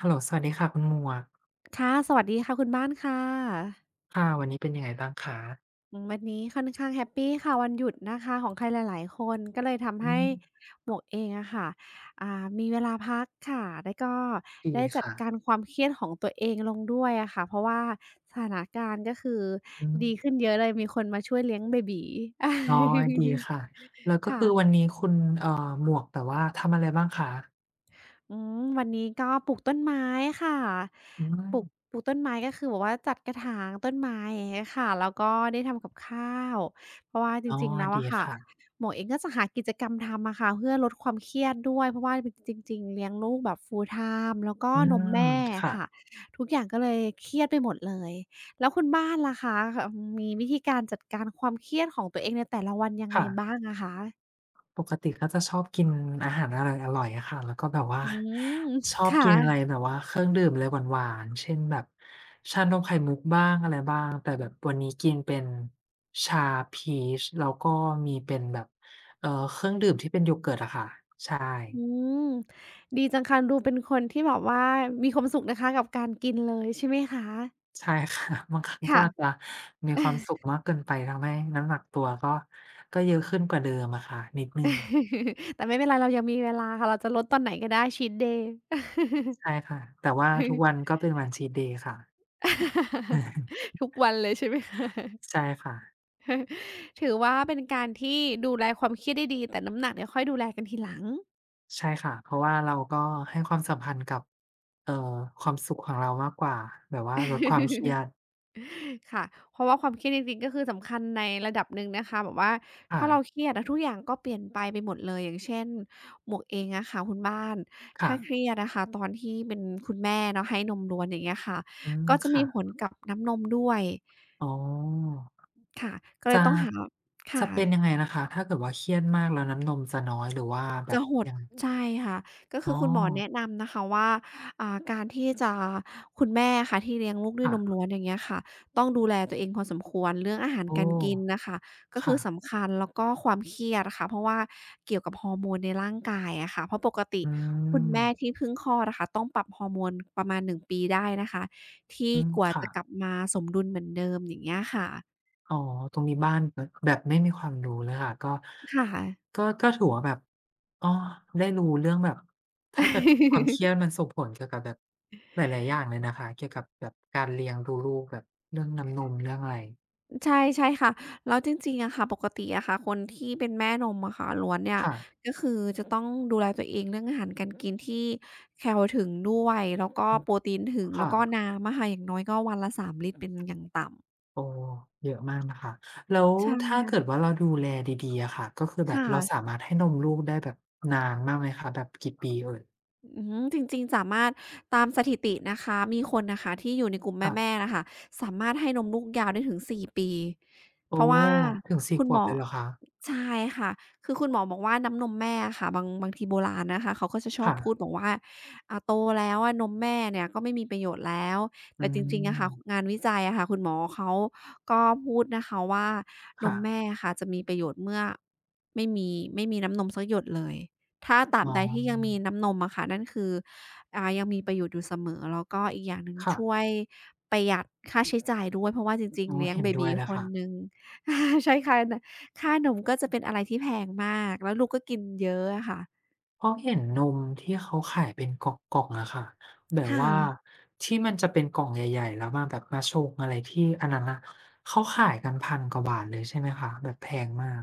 ฮัลโหลสวัสดีค่ะคุณหมวกค่ะสวัสดีค่ะคุณบ้านค่ะค่ะวันนี้เป็นยังไงบ้างคะอืมวันนี้ค่อนข้างแฮปปีค่ะวันหยุดนะคะของใครหลายๆคนก็เลยทำอืให้มหมวกเองอะค่ะอ่ามีเวลาพักค่ะแล้วก็ดีได้จัดค่ะการความเครียดของตัวเองลงด้วยอะค่ะเพราะว่าสถานการณ์ก็คืออืมดีขึ้นเยอะเลยมีคนมาช่วยเลี้ยงเบบี๋อ๋อดีค่ะแล้วก็คือวันค่ะ นี้คุณเอ่อหมวกแบบว่าทำอะไรบ้างคะอืมวันนี้ก็ปลูกต้นไม้ค่ะอืปลูมกปลูกต้นไม้ก็คือแบบว่าจัดกระถางต้นไม้อย่างเงี้ยค่ะแล้วก็ได้ทำกับข้าวเพราะว่าจอ๋อริงๆแล้วดีอะค่ะค่ะหมวกเองก็จะหากิจกรรมทำอะค่ะเพื่อลดความเครียดด้วยเพราะว่าบจริงๆเลี้ยงลูกแบบ full time แล้วก็อืนมมแม่อะค่ะค่ะทุกอย่างก็เลยเครียดไปหมดเลยแล้วคุณบ้านล่ะคะคมีวิธีการจัดการความเครียดของตัวเองในแต่ละวันยังไงค่ะ บ้างอะคะปกติก็จะชอบกินอาหารอร่อยๆอะค่ะแล้วก็แบบว่าอืมชอคบกินอะไร่ะ แบบว่าเครื่องดื่มอะไรหวานๆเช่นแบบชานมไข่มุกบ้างอะไรบ้างแต่แบบวันนี้กินเป็นชาพีชแล้วก็มีเป็นแบบเครื่องดื่มที่เป็นโยเกิร์ตอะค่ะใช่อืมดีจังค่ะดูเป็นคนที่แบบว่ามีความสุขนะคะกับการกินเลยใช่ไหมคะใช่ค่ะ บางครั้งก็ค่ะ อาจจะมีความสุ ขมากเกินไปทำให้น้ำหนักตัวก็เยอะขึ้นกว่าเดิมอะค่ะนิดหนึ่งแต่ไม่เป็นไรเรายังมีเวลาค่ะเราจะลดตอนไหนก็ได้ชีตเดย์ ใช่ค่ะแต่ว่าทุกวันก็เป็นวัน Cheat day ค่ะ ทุกวันเลยใช่ไหมคะ ใช่ค่ะ ถือว่าเป็นการที่ดูแลความเครียดได้ดีแต่น้ำหนักเนี่ยค่อยดูแลกันทีหลัง ใช่ค่ะเพราะว่าเราก็ให้ความสัมพันธ์กับเอ่อความสุขของเรามากกว่าแบบว่าลดความเครียดค่ะเพราะว่าความเครียดจริงๆก็คือสำคัญในระดับหนึ่งนะคะแบบว่าค่ะถ้าเราเครียดอะทุกอย่างก็เปลี่ยนไปหมดเลยอย่างเช่นหมวกเองอะค่ะคุณบ้านค่ะถ้าเครียดอะค่ะตอนที่เป็นคุณแม่เนาะให้นมล้วนอย่างเงี้ยค่ะอืมก็จะมีค่ะผลกับน้ำนมด้วยอ๋อค่ะก็เลจะยต้องหาจะค่ะ เป็นยังไงนะคะถ้าเกิดว่าเครียดมากแล้วน้ำนมจะน้อยหรือว่าแบจะบหดยังไงใช่ค่ะก็อ๋คืออคุณหมอแนะนำนะคะว่าการที่จะคุณแม่อะค่ะที่เลี้ยงลูกด้วยนมล้ค่ะวนอย่างเงี้ยค่ะต้องดูแลตัวเองพอสมควรเรื่องอาหารโอ้การกินน่ะค่ะก็คือค่ะสำคัญแล้วก็ความเครียดอะค่ะเพราะว่าเกี่ยวกับฮอร์โมนในร่างกายอะค่ะเพราะปกติอืคุณมแม่ที่เพิ่งคลอดอะค่ะต้องปรับฮอร์โมนประมาณหนึ่งปีได้นะคะที่อืมกว่าค่ะ จะกลับมาสมดุลเหมือนเดิมอย่างเงี้ยค่ะอ๋อตรงนี้บ้านแบบไม่มีความรู้เลยค่ะก็ค่ะ ก็ถือว่าแบบอ้อได้รู้เรื่องแบบถ้าเกิดความเครียดมันส่งผลเกี่ยวกับแบบหลายๆอย่างเลยนะคะเกี่ยวกับแบบการเลี้ยงดูลูกแบบเรื่องน้ำนมเรื่องอะไรใช่ใช่ค่ะแล้วจริงๆอะค่ะปกติอะค่ะคนที่เป็นแม่นมอะค่ะล้วนเนี่ยค่ะก็คือจะต้องดูแลตัวเองเรื่องอาหารการกินที่แคลถึงด้วยแล้วก็อืมโปรตีนถึงแล้ค่ะวก็น้ำอะค่ะอย่างน้อยก็วันละ3ลิตรเป็นอย่างต่ำโอ้เยอะมากนะคะแล้วใช่ถ้าเกิค่ะดว่าเราดูแลดีๆอะค่ะก็คือแบบเราสาค่ะ มารถให้นมลูกได้แบบนานมากไหมคะแบบกี่ปีเอ่ยอืมจริงๆสามารถตามสถิตินะคะมีคนนะคะที่อยู่ในกลุ่มค่ะแม่ๆนะคะสามารถให้นมลูกยาวได้ถึง4ปีเพโอ้ราะว่าถึง4คุขณหวมบอเลยเหรอคะใช่ค่ะคือคุณหมอบอกว่าน้ำนมแม่ค่ะบางทีโบราณนะคะเขาก็จะชอบพูดค่ะบอกว่าโตแล้วอะนมแม่เนี่ยก็ไม่มีประโยชน์แล้วอืแต่จริงๆอะค่ะงามนวิจัยอะค่ะคุณหมอเขาก็พูดนะคะว่านค่ะ มแม่ค่ะจะมีประโยชน์เมื่อไม่มีไม่มีน้ำนมสักหยดเลย ถ้าตราบอ๋ใดที่ยังมีอน้ำนมอะค่ะนั่นคือยังมีประโยชน์อยู่เสมอแล้วก็อีกอย่างหนึ่งค่ะช่วยประหยัดค่าใช้จ่ายด้วยเพราะว่าจริงอ๋อๆเลี้ยงเห็นเบด้วบียเลยคนค่ะหนึ่งใช่ค่ะนค่านมก็จะเป็นอะไรที่แพงมากแล้วลูกก็กินเยอะอะค่ะเพราะเห็นนมที่เขาขายเป็นกล่องๆอะค่ะแบบค่ะ ว่าที่มันจะเป็นกล่องใหญ่ๆแล้วมาแบบมาชงอะไรที่อันนั้นน่ะเขาขายกันพันกว่าบาทเลยใช่ไหมคะแบบแพงมาก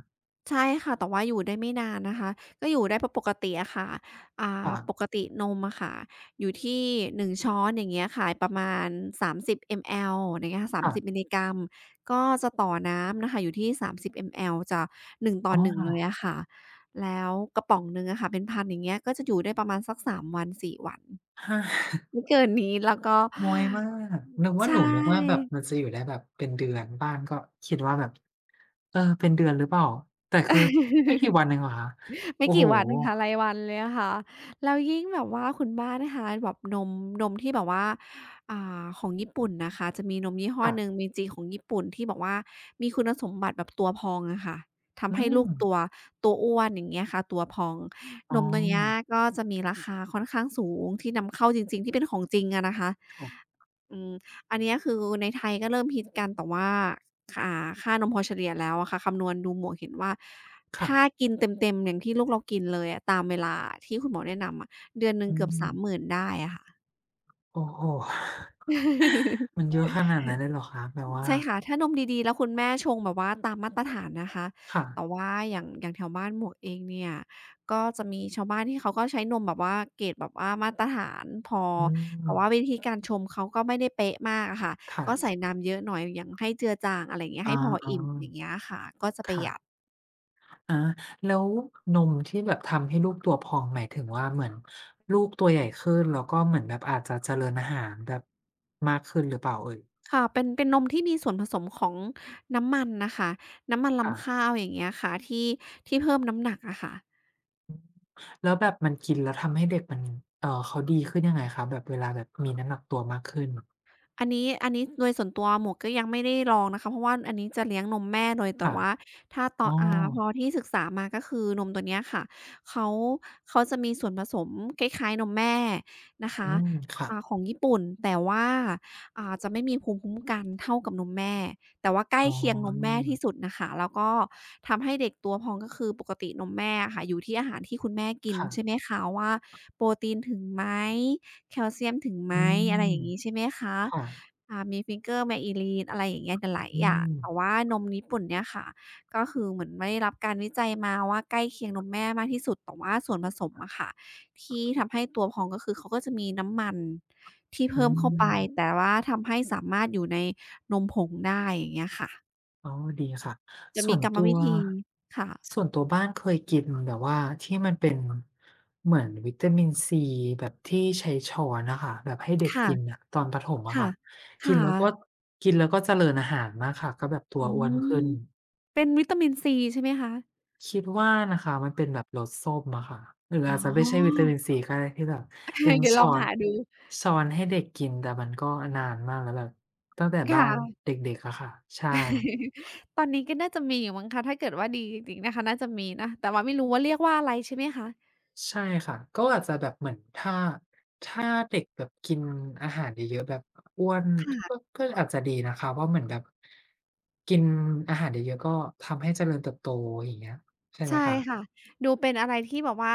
ใช่ค่ะแต่ว่าอยู่ได้ไม่นานนะคะก็อยู่ได้ปกติอะค่ะอ่าค่ะปกตินมอะค่ะอยู่ที่1ช้อนอย่างเงี้ยค่ะประมาณ30 ml อมแอลอย่างเงี้ยค่ะ3มสิบมิลค่ะลิกรัมก็จะต่อน้ำน่ะค่ะอยู่ที่30 m ลจะ1ต่ออ๋หอน1เลยอะค่ะแล้วกระป๋องหนึ่งอะค่ะเป็นพันอย่างเงี้ยก็จะอยู่ได้ประมาณสัก3วัน4วันห้าไม่เกินนี้แล้วก็น้อยมากนึกว่าใชหนูนึกว่าแบบ่ มันจะอยู่ได้แบบเป็นเดือนบ้านก็คิดว่าแบบเออเป็นเดือนหรือเปล่าแต่คือไม่กี่วันเองเหรอคะไม่โอ้โฮกี่วันค่ะรายวันเลยอะค่ะแล้วยิ่งแบบว่าคุณบ้านนะคะแบบนมนมที่แบบว่าของญี่ปุ่นน่ะค่ะจะมีนมยี่ห้อหนึ่ง ค่ะ Meiji ของญี่ปุ่นที่แบบว่ามีคุณสมบัติแบบตัวพองอะค่ะอืทำให้ลูมกตัวอ้วนอย่างเงี้ยค่ะตัวพองอ๋อนมตัวเนี้ยก็จะมีราคาค่อนข้างสูงที่นำเข้าจริงๆที่เป็นของจริงอะนะคะ ค่ะ อืมอันเนี้ยคือในไทยก็เริ่มฮิตกันแต่ว่าคค่านมพอเฉลี่ยแล้วอะค่ะคำนวณดูหมวกเห็นว่าค่ะถ้ากินเต็มๆอย่างที่ลูกเรากินเลยอะตามเวลาที่คุณหมอแนะนำอะเดือนหนึ่อืงเกือบม30,000ได้อะค่ะ โอ้โฮ มันเยอะขนาดนั้นเลยเหรอคะแบบว่าใช่ค่ะถ้านมดีๆแล้วคุณแม่ชงแบบว่าตามมาตรฐานนะคะค่ะ แต่ว่าอย่างแถวบ้านหมวกเองเนี่ยก็จะมีชาวบ้านที่เขาก็ใช้นมแบบว่าเกรดแบบว่ามาตรฐานพออืแต่ม ว่าวิธีการชงเขาก็ไม่ได้เป๊ะมากอะค่ะค่ะก็ใส่น้ำเยอะหน่อยอย่างให้เจือจางอะไรอย่างเงี้ยอ๋อให้พออิ่มอย่างเงี้ยค่ะก็จะๆประค่ะหยัดอาแล้วนมที่แบบทำให้ลูกตัวพองหมายถึงว่าเหมือนลูกตัวใหญ่ขึ้น แล้วก็เหมือนแบบอาจจะเจริญอาหารแบบมากขึ้นหรือเปล่าเอ่ยค่ะเป็นนมที่มีส่วนผสมของน้ำมันน่ะค่ะน้ำมันรำค่ะข้าวอย่างเงี้ยค่ะที่เพิ่มน้ำหนักอะค่ะ แล้วแบบมันกินแล้วทำให้เด็กมันเขาดีขึ้นยังไงคะแบบเวลาแบบมีน้ำหนักตัวมากขึ้นอันนี้โดยส่วนตัวหมวกก็ยังไม่ได้ลองนะคะเพราะว่าอันนี้จะเลี้ยงนมแม่เลยแต่ค่ะว่าถ้าตออ๋อนพอที่ศึกษามาก็คือนมตัวเนี้ยค่ะเขาเขาจะมีส่วนผสมคล้ายๆนมแม่นะอืคะมค่ะของญี่ปุ่นแต่ว่าจะไม่มีภูมิคุ้มกันเท่ากับนมแม่แต่ว่าใกล้อ๋เคียงนมแม่อที่สุดน่ะค่ะแล้วก็ทำให้เด็กตัวพองก็คือปกตินมแม่อะค่ะอยู่ที่อาหารที่คุณแม่กินใช่ไหมค่ะคะว่าโปรตีนถึงไหม แคลเซียมถึงไหมอือะไรมอย่างงี้ใช่ไหมคะค่ะ มี Finger m a e l i n อะไรอย่างเงี้ยหลายอืๆอย่างมแต่ว่านมญี่ปุ่นเนี่ยค่ะก็คือเหมือนไม่ได้รับการวิจัยมาว่าใกล้เคียงนมแม่มากที่สุดแต่ว่าส่วนผสมอะค่ะที่ทำให้ตัวพองก็คือเขาก็จะมีน้ำมันที่อืเพิ่มเข้าไปแต่มว่าทำให้สามารถอยู่ในนมผงได้อย่างเงี้ยค่ะอ๋อดีค่ะ จะส่มีวนกรรมตัว วิธีค่ะส่วนตัวบ้านเคยกินแบบว่าที่มันเป็นเหมือนวิตามินซีแบบที่ใช้ช้อนอะค่ะแบบให้เด็กกินค่ะน่ะตอนประถมอะค่ะค่ะกินค่ะแล้วก็กินแล้วก็เจริญอาหารมากค่ะก็แบบตัวอือ้วนขึ้มนเป็นวิตามินซีใช่ไหมคะคิดว่านะคะมันเป็นแบบรสส้มอะค่ะหรืออ๋อาจอ จะไม่ใช่วิตามินซีก็ได้ที่แบบเป็น เดี๋ยวลช้อองนหาดูช้อนให้เด็กกินแต่มันก็นานมากแล้วแบบตั้งแต่บ้านค่ะ เด็กๆอะค่ะใช่ ตอนนี้ก็น่าจะมีอยู่มั้งคะถ้าเกิดว่าดีจริงๆนะคะน่าจะมีนะแต่ว่าไม่รู้ว่าเรียกว่าอะไรใช่ไหมคะใช่ค่ะก็อาจจะแบบเหมือนถ้าเด็กแบบกินอาหารเยอะๆแบบอ้วนก็ค่ะก็อาจจะดีนะคะว่าเหมือนแบบกินอาหารเยอะๆก็ทำให้เจริญเติบโตอย่างเงี้ยใช่ไหมใช่คะค่ะดูเป็นอะไรที่แบบว่า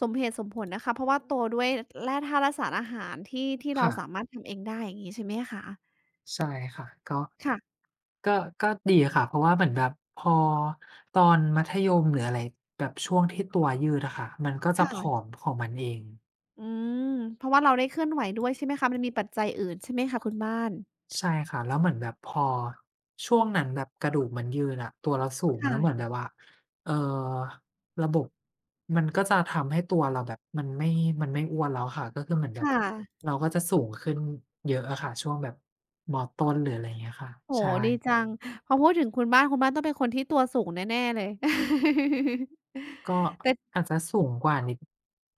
สมเหตุสมผลนะคะเพราะว่าโตด้วยแร่ธาตุและสารอาหารที่เราค่ะสามารถทำเองได้อย่างงี้ใช่ไหมคะใช่ค่ะก็ค่ะก็ก็ดีค่ะเพราะว่าเหมือนแบบพอตอนมัธยมหรืออะไรแบบช่วงที่ตัวยืดอะค่ะมันก็จะผอมค่ะของมันเอง อืมเพราะว่าเราได้เคลื่อนไหวด้วยใช่ไหมคะมันมีปัจจัยอื่นใช่ไหมคะคุณบ้านใช่ค่ะแล้วเหมือนแบบพอช่วงนั้นแบบกระดูกมันยืนอะตัวเราสูงแล้ค่ะวเหมือนแบบว่าเออระบบมันก็จะทำให้ตัวเราแบบมันไม่อ้วนแล้วค่ะก็คือเหมือนคแบบ่ะ เราก็จะสูงขึ้นเยอะอะค่ะช่วงแบบมอต้นหรืออะไรอย่างเงี้ยค่ะโอ้ใช่โฮดีจังพอพูดถึงคุณบ้านต้องเป็นคนที่ตัวสูงแน่ๆเลย ก็ แต่ อาจจะสูงกว่านิด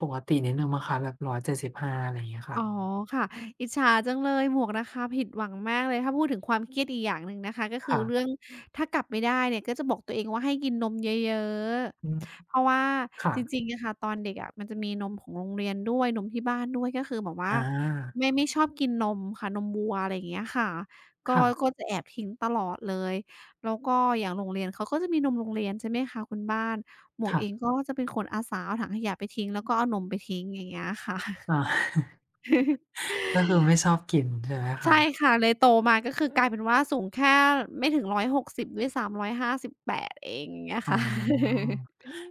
ปกตินิดนึงมั้งคะแบบ175อยเจ็ดสิบห้าอะไรอย่างเงี้ยอ๋อค่ะค่ะอิจฉาจังเลยหมวกนะคะผิดหวังมากเลยถ้าพูดถึงความเครียดอีกอย่างหนึ่งนะคะก็คือค่ะเรื่องถ้ากลับไม่ได้เนี่ยก็จะบอกตัวเองว่าให้กินนมเยอะอืมๆเพราะว่าค่ะจริงๆอะค่ะตอนเด็กอะมันจะมีนมของโรงเรียนด้วยนมที่บ้านด้วยก็คือแบบว่าอาไม่ชอบกินนมค่ะนมวัวอะไรอย่างเงี้ยค่ะก็ก็ค่ะจะแอบทิ้งตลอดเลยแล้วก็อย่างโรงเรียนเขาก็จะมีนมโรงเรียนใช่ไหมคะคุณบ้านหมวกเองค่ะก็จะเป็นคนอาสาเอาถังขยะไปทิ้งแล้วก็เอานมไปทิ้งอย่างเงี้ยค่ะ อา ก็คือไม่ชอบกินใช่ไหมใช่คะ ค่ะเลยโตมาก็คือกลายเป็นว่าสูงแค่ไม่ถึง160ด้วยซ้ำ158เองอย่างเงี้ยอ๋อค่ะ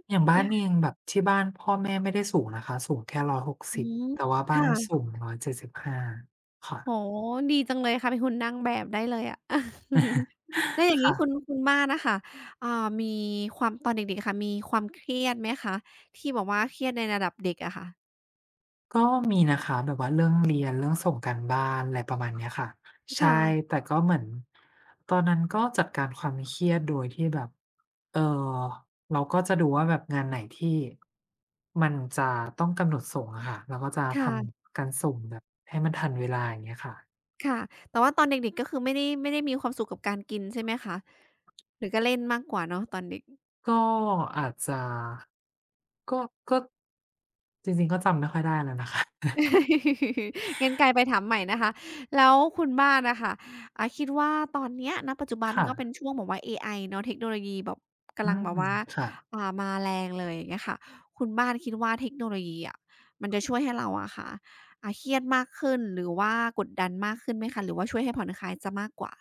อย่างบ้านเองแบบที่บ้านพ่อแม่ไม่ได้สูงนะคะสูงแค่ร้อยหกอืสิบมแต่ว่าบ้านสูค่ะง175โอ้ค่ะโฮดีจังเลยค่ะเป็นหุ่นนางแบบได้เลยอะ แล้วอย่างงี้คุณค่ะคุณบ้านน่ะค่ะอ่ามีความตอนเด็กๆค่ะมีความเครียดไหมคะที่แบบว่าเครียดในระดับเด็กอะค่ะก็มีนะคะแบบว่าเรื่องเรียนเรื่องส่งการบ้านอะไรประมาณเนี้ยค่ะใช่ค่ะแต่ก็เหมือนตอนนั้นก็จัดการความเครียดโดยที่แบบเอ่อเราก็จะดูว่าแบบงานไหนที่มันจะต้องกำหนดส่งอะค่ะเราก็จะทค่ะำการส่งแบบให้มันทันเวลาอย่างเงี้ยค่ะ ค่ะแต่ว่าตอนเด็กๆก็คือไม่ได้มีความสุขกับการกินใช่ไหมคะหรือก็เล่นมากกว่าเนาะตอนเด็ก ก็อาจจะก็ก็จริงๆก็จำไม่ค่อยได้แล้วนะคะ งั้นกลายไปถามใหม่นะคะแล้วคุณบ้านนะคะคิดว่าตอนเนี้ยณปัจจุบันค่ะก็เป็นช่วงแบบว่าเอไอเนาะเทคโนโลยีแบบอืกำลังแบมบว่าค่ะ มาแรงเลยอย่างเงี้ยค่ะคุณบ้านคิดว่าเทคโนโลยีอะมันจะช่วยให้เราอะค่ะเครียดมากขึ้นหรือว่ากดดันมากขึ้นไหมคะหรือว่าช่วยให้ผ่อนคลายจะมากกว่า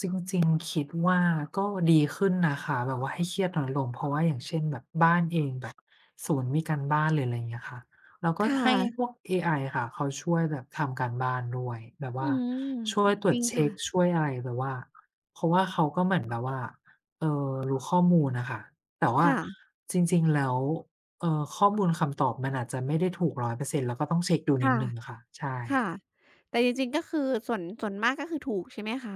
จริงๆคิดว่าก็ดีขึ้นนะคะแบบว่าให้เครียดน้อยลงเพราะว่าอย่างเช่นแบบบ้านเองแบบศูนย์มีการบ้านหรืออะไรอย่างเงี้ยค่ะเราก็ค่ะให้พวกเอไอค่ะเขาช่วยแบบทำการบ้านด้วยแบบอืว่ามช่วยตรจวจริงเช็ค่ะกช่วยอะไรแบบว่าเพราะว่าเขาก็เหมือนแบบว่ารู้ข้อมูลน่ะค่ะแต่ว่าค่ะจริงๆแล้วข้อมูลคำตอบมันอาจจะไม่ได้ถูก100%เปอรเซ็นต์เราก็ต้องเช็กดูนิดค่ะหนึ่งค่ะใช่ ค่ะแต่จริงๆก็คือส่วนมากก็คือถูกใช่ไหมคะ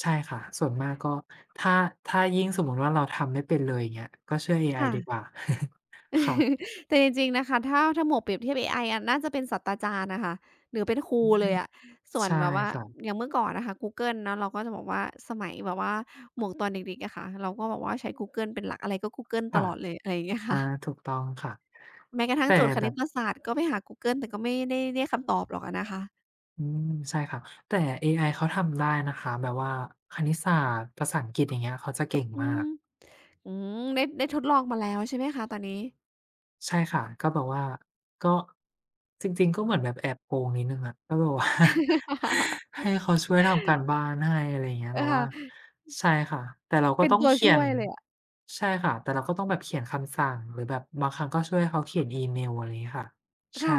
ใช่ค่ะส่วนมากก็ถ้าถ้ายิ่งสมมุติว่าเราทำไม่เป็นเลยอย่างเงี้ยก็เชื่อเอไอค่ะ ดีกว่า ค่ะ แต่จริงๆนะคะถ้าหมวกเปรียบเทียบเอไออะน่าจะเป็นศาสตราจารย์น่ะค่ะหรือเป็นครูอืมเลยอะส่วนใช่แบบว่าอค่ะย่างเมื่อก่อนอะค่ะกูเกิลเนาะเราก็จะบอกว่าสมัยแบบว่าหมวกตอนเด็กๆอะค่ะเราก็แบบว่าใช้กูเกิลเป็นหลักอะไรก็กูเกิลตค่ะลอดเลยอะไรอย่างเงี้ยอาค่ะถูกต้องค่ะแม้กระทั่งแต่โจทย์คแบณิบตศาสตร์ก็ไปหากูเกิลแต่ก็ไม่ได้คำตอบหรอกอะนะคะอืมใช่ค่ะแต่เอไอเขาทำได้นะคะแบบว่าคณิตศาสตร์ภาษาอังกฤษอย่างเงี้ยเขาจะเก่งอืมามก อืมได้ทดลองมาแล้วใช่ไหมคะตอนนี้ใช่ค่ะก็แบบว่าก็จริงๆก็เหมือนแบบแอบโกงนิดหนึ่งอะก็แบบว่า ให้เขาช่วยทำการบ้านให้อะไรอย่างเงี้ยเออ แบบ ว่าค่ะใช่ค่ะแต่เราก็เป็นต้องตัวเขียช่วนยเลยอะใช่ค่ะแต่เราก็ต้องแบบเขียนคำสั่งหรือแบบบางครั้งก็ช่วยเขาเขียนอีเมลอะไรอย่างงี้ค่ะใช่ค่ะ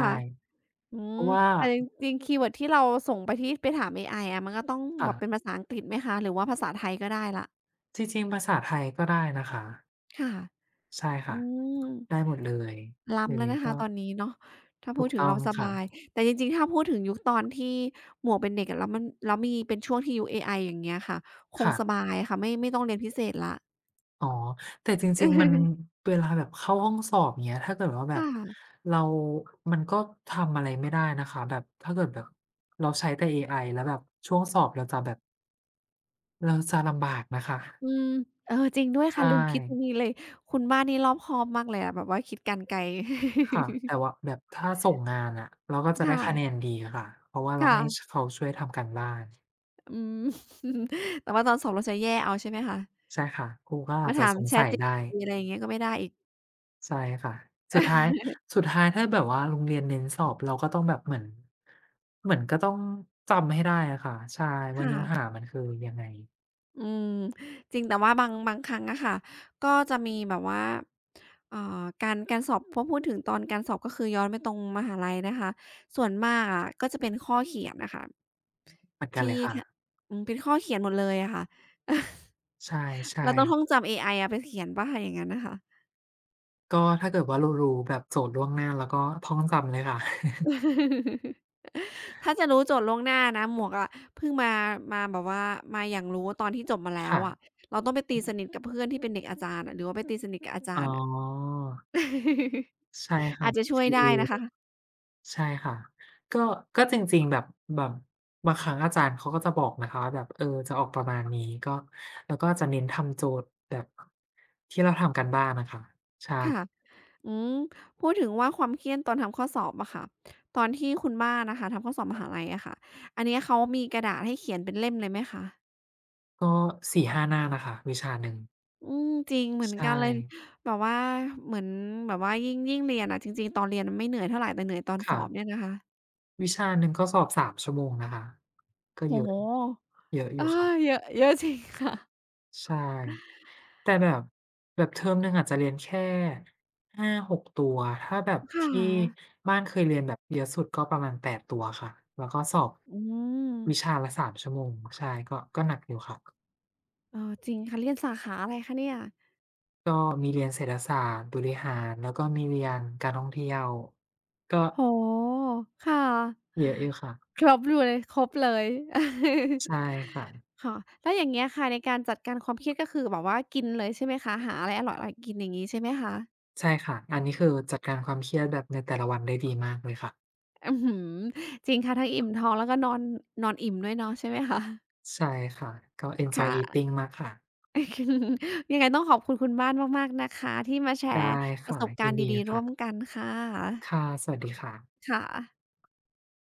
อืเพมราะว่าแต่จริงๆคีย์เวิร์ดที่เราส่งไปที่ไปถามเอไออะมันก็ต้องแบค่ะบเป็นภาษาอังกฤษไหมคะหรือว่าภาษาไทยก็ได้แล้วจริงๆภาษาไทยก็ได้นะคะค่ะใช่อืค่ะมได้หมดเลยเดี๋ล้ำยวแล้วนี้นะก็คะตอนนี้เนาะถ้าถูพูดกถึงต้อเรางสค่ะบายแต่จริงๆถ้าพูดถึงยุคตอนที่หมวกเป็นเด็กอะแล้วมีเป็นช่วงที่ยุคเอไออย่างเงี้ยค่ะคงค่ะ สบายค่ะไม่ต้องเรียนพิเศษแล้ว อ๋อแต่จริงๆมัน เวลาแบบเข้าห้องสอบเงี้ยถ้าเกิดว่าแบคบ่ะเรามันก็ทำอะไรไม่ได้นะคะแบบถ้าเกิดแบบเราใช้แต่เอไอแล้วแบบช่วงสอบเราจะแบบเราจะลำบากนะคะอืมเออจริงด้วยใช่ค่ะลืมคิดตรงนี้เลยคุณบ้านนี่รอบคอบมากเลยอะแบบว่าคิดการไกลค่ะแต่ว่าแบบถ้าส่งงานอะเราก็จะได้ค่ะ คะแนนดีค่ะเพราะว่าเราค่ะ ให้เขาช่วยทำการบ้านอืม แต่ว่าตอนสอบเราจะแย่เอาใช่ไหมคะใช่ค่ะครูก็อาจมาจะถาม สงสัยได้ ChatGPT อะไรอย่างเงี้ยก็ไม่ได้อีก ใช่ค่ะสุดท้าย สุดท้ายถ้าแบบว่าโรงเรียนเน้นสอบเราก็ต้องแบบเหมือนก็ต้องจำให้ได้อะค่ะใช่ว่าค่ะเนื้อหามันคือยังไงอืมจริงแต่ว่าบางครั้งอะค่ะก็จะมีแบบว่าเอ่อการสอบพอพูดถึงตอนการสอบก็คือย้อนไปตรงมหาลัยนะคะส่วนมากอะก็จะเป็นข้อเขียนนะคะเหมือนกันที่เลยค่ะอืมเป็นข้อเขียนหมดเลยอะค่ะ ใช่เราต้องท่องๆจำเอไออะไปเขียนเป่าคะอย่างนั้นนะคะ ก็ถ้าเกิดว่าเรารู้แบบโจทย์ล่วงหน้าแล้วก็ท่องจำเลยค่ะ ถ้าจะรู้โจทย์ล่วงหน้านะหมวกอะเพิ่งมามาแบบว่ามาอย่างรู้ตอนที่จบมา แล้วอะค่ะเราต้องไปตีสนิทกับเพื่อนที่เป็นเด็กอาจารย์อะหรือว่าไปตีสนิทกับอาอ๋อจารย์อะ ใช่ค่ะ อาจจะช่วย CA ได้นะคะใช่ค่ะก็ก็จริงๆแบบแบบบางครั้งอาจารย์เขาก็จะบอกนะคะว่าแบบเออจะออกประมาณนี้ก็แล้วก็จะเน้นทำโจทย์แบบที่เราทำกันบ้านน่ะค่ะใช่ค่ะอืมพูดถึงว่าความเครียดตอนทำข้อสอบอะค่ะตอนที่คุณบ้านน่ะค่ะทำข้อสอบมหาลัยอะค่ะอันเนี้ยเขามีกระดาษให้เขียนเป็นเล่มเลยไหมคะก็4-5หาหน้านะคะวิชาหนึ่งอืมจริงเหมือใชนกั่นเลยแบบว่าเหมือนแบบว่ายิ่งเรียนอะจริงๆตอนเรียนมันไม่เหนื่อยเท่าไรแต่เหนื่อยตอนสค่ะอบเนี่ยนะคะ วิชาหนึ่งก็สอบ3ชั่วโมงนะคะก็โอ้เยอะโฮเยอะออายู่ค่ะ เยอะเยอะจริงค่ะ ใช่แต่แบบเทอมหนึ่งอาจจะเรียนแค่หาหกตัวถ้าแบบค่ะที่บ้านเคยเรียนแบบเยอะสุดก็ประมาณ8ตัวค่ะแล้วก็สอบอืมวิชาละสามชั่วโมงใช่ก็หนักอยู่ค่ะเออจริงค่ะเรียนสาขาอะไรคะเนี่ยก็มีเรียนเศรษฐศาสตร์บริหารแล้วก็มีเรียนการท่องเที่ยวก็โอ้โฮค่ะ เยอะอยู่ค่ะครบอยู่เลย ครบเลย ใช่ค่ะค่ะแล้วอย่างเงี้ยค่ะในการจัดการความเครียดก็คือแบบว่ากินเลยใช่ไหมคะหาอะไรอร่อยๆกินอย่างงี้ใช่ไหมคะใช่ค่ะอันนี้คือจัดการความเครียดแบบในแต่ละวันได้ดีมากเลยค่ะอื้อฮือจริงค่ะทั้งอิ่มท้องแล้วก็นอนนอนอิ่มด้วยเนาะใช่ไหมคะใช่ค่ะก็ enjoy ค่ะ eating มากค่ะ ยังไงต้องขอบคุณคุณบ้านมากๆนะคะที่มาแชร์ได้ประค่ะสบกายิรนณ์ดีดีๆร่วมค่ะ กันค่ะค่ะสวัสดีค่ะค่ะ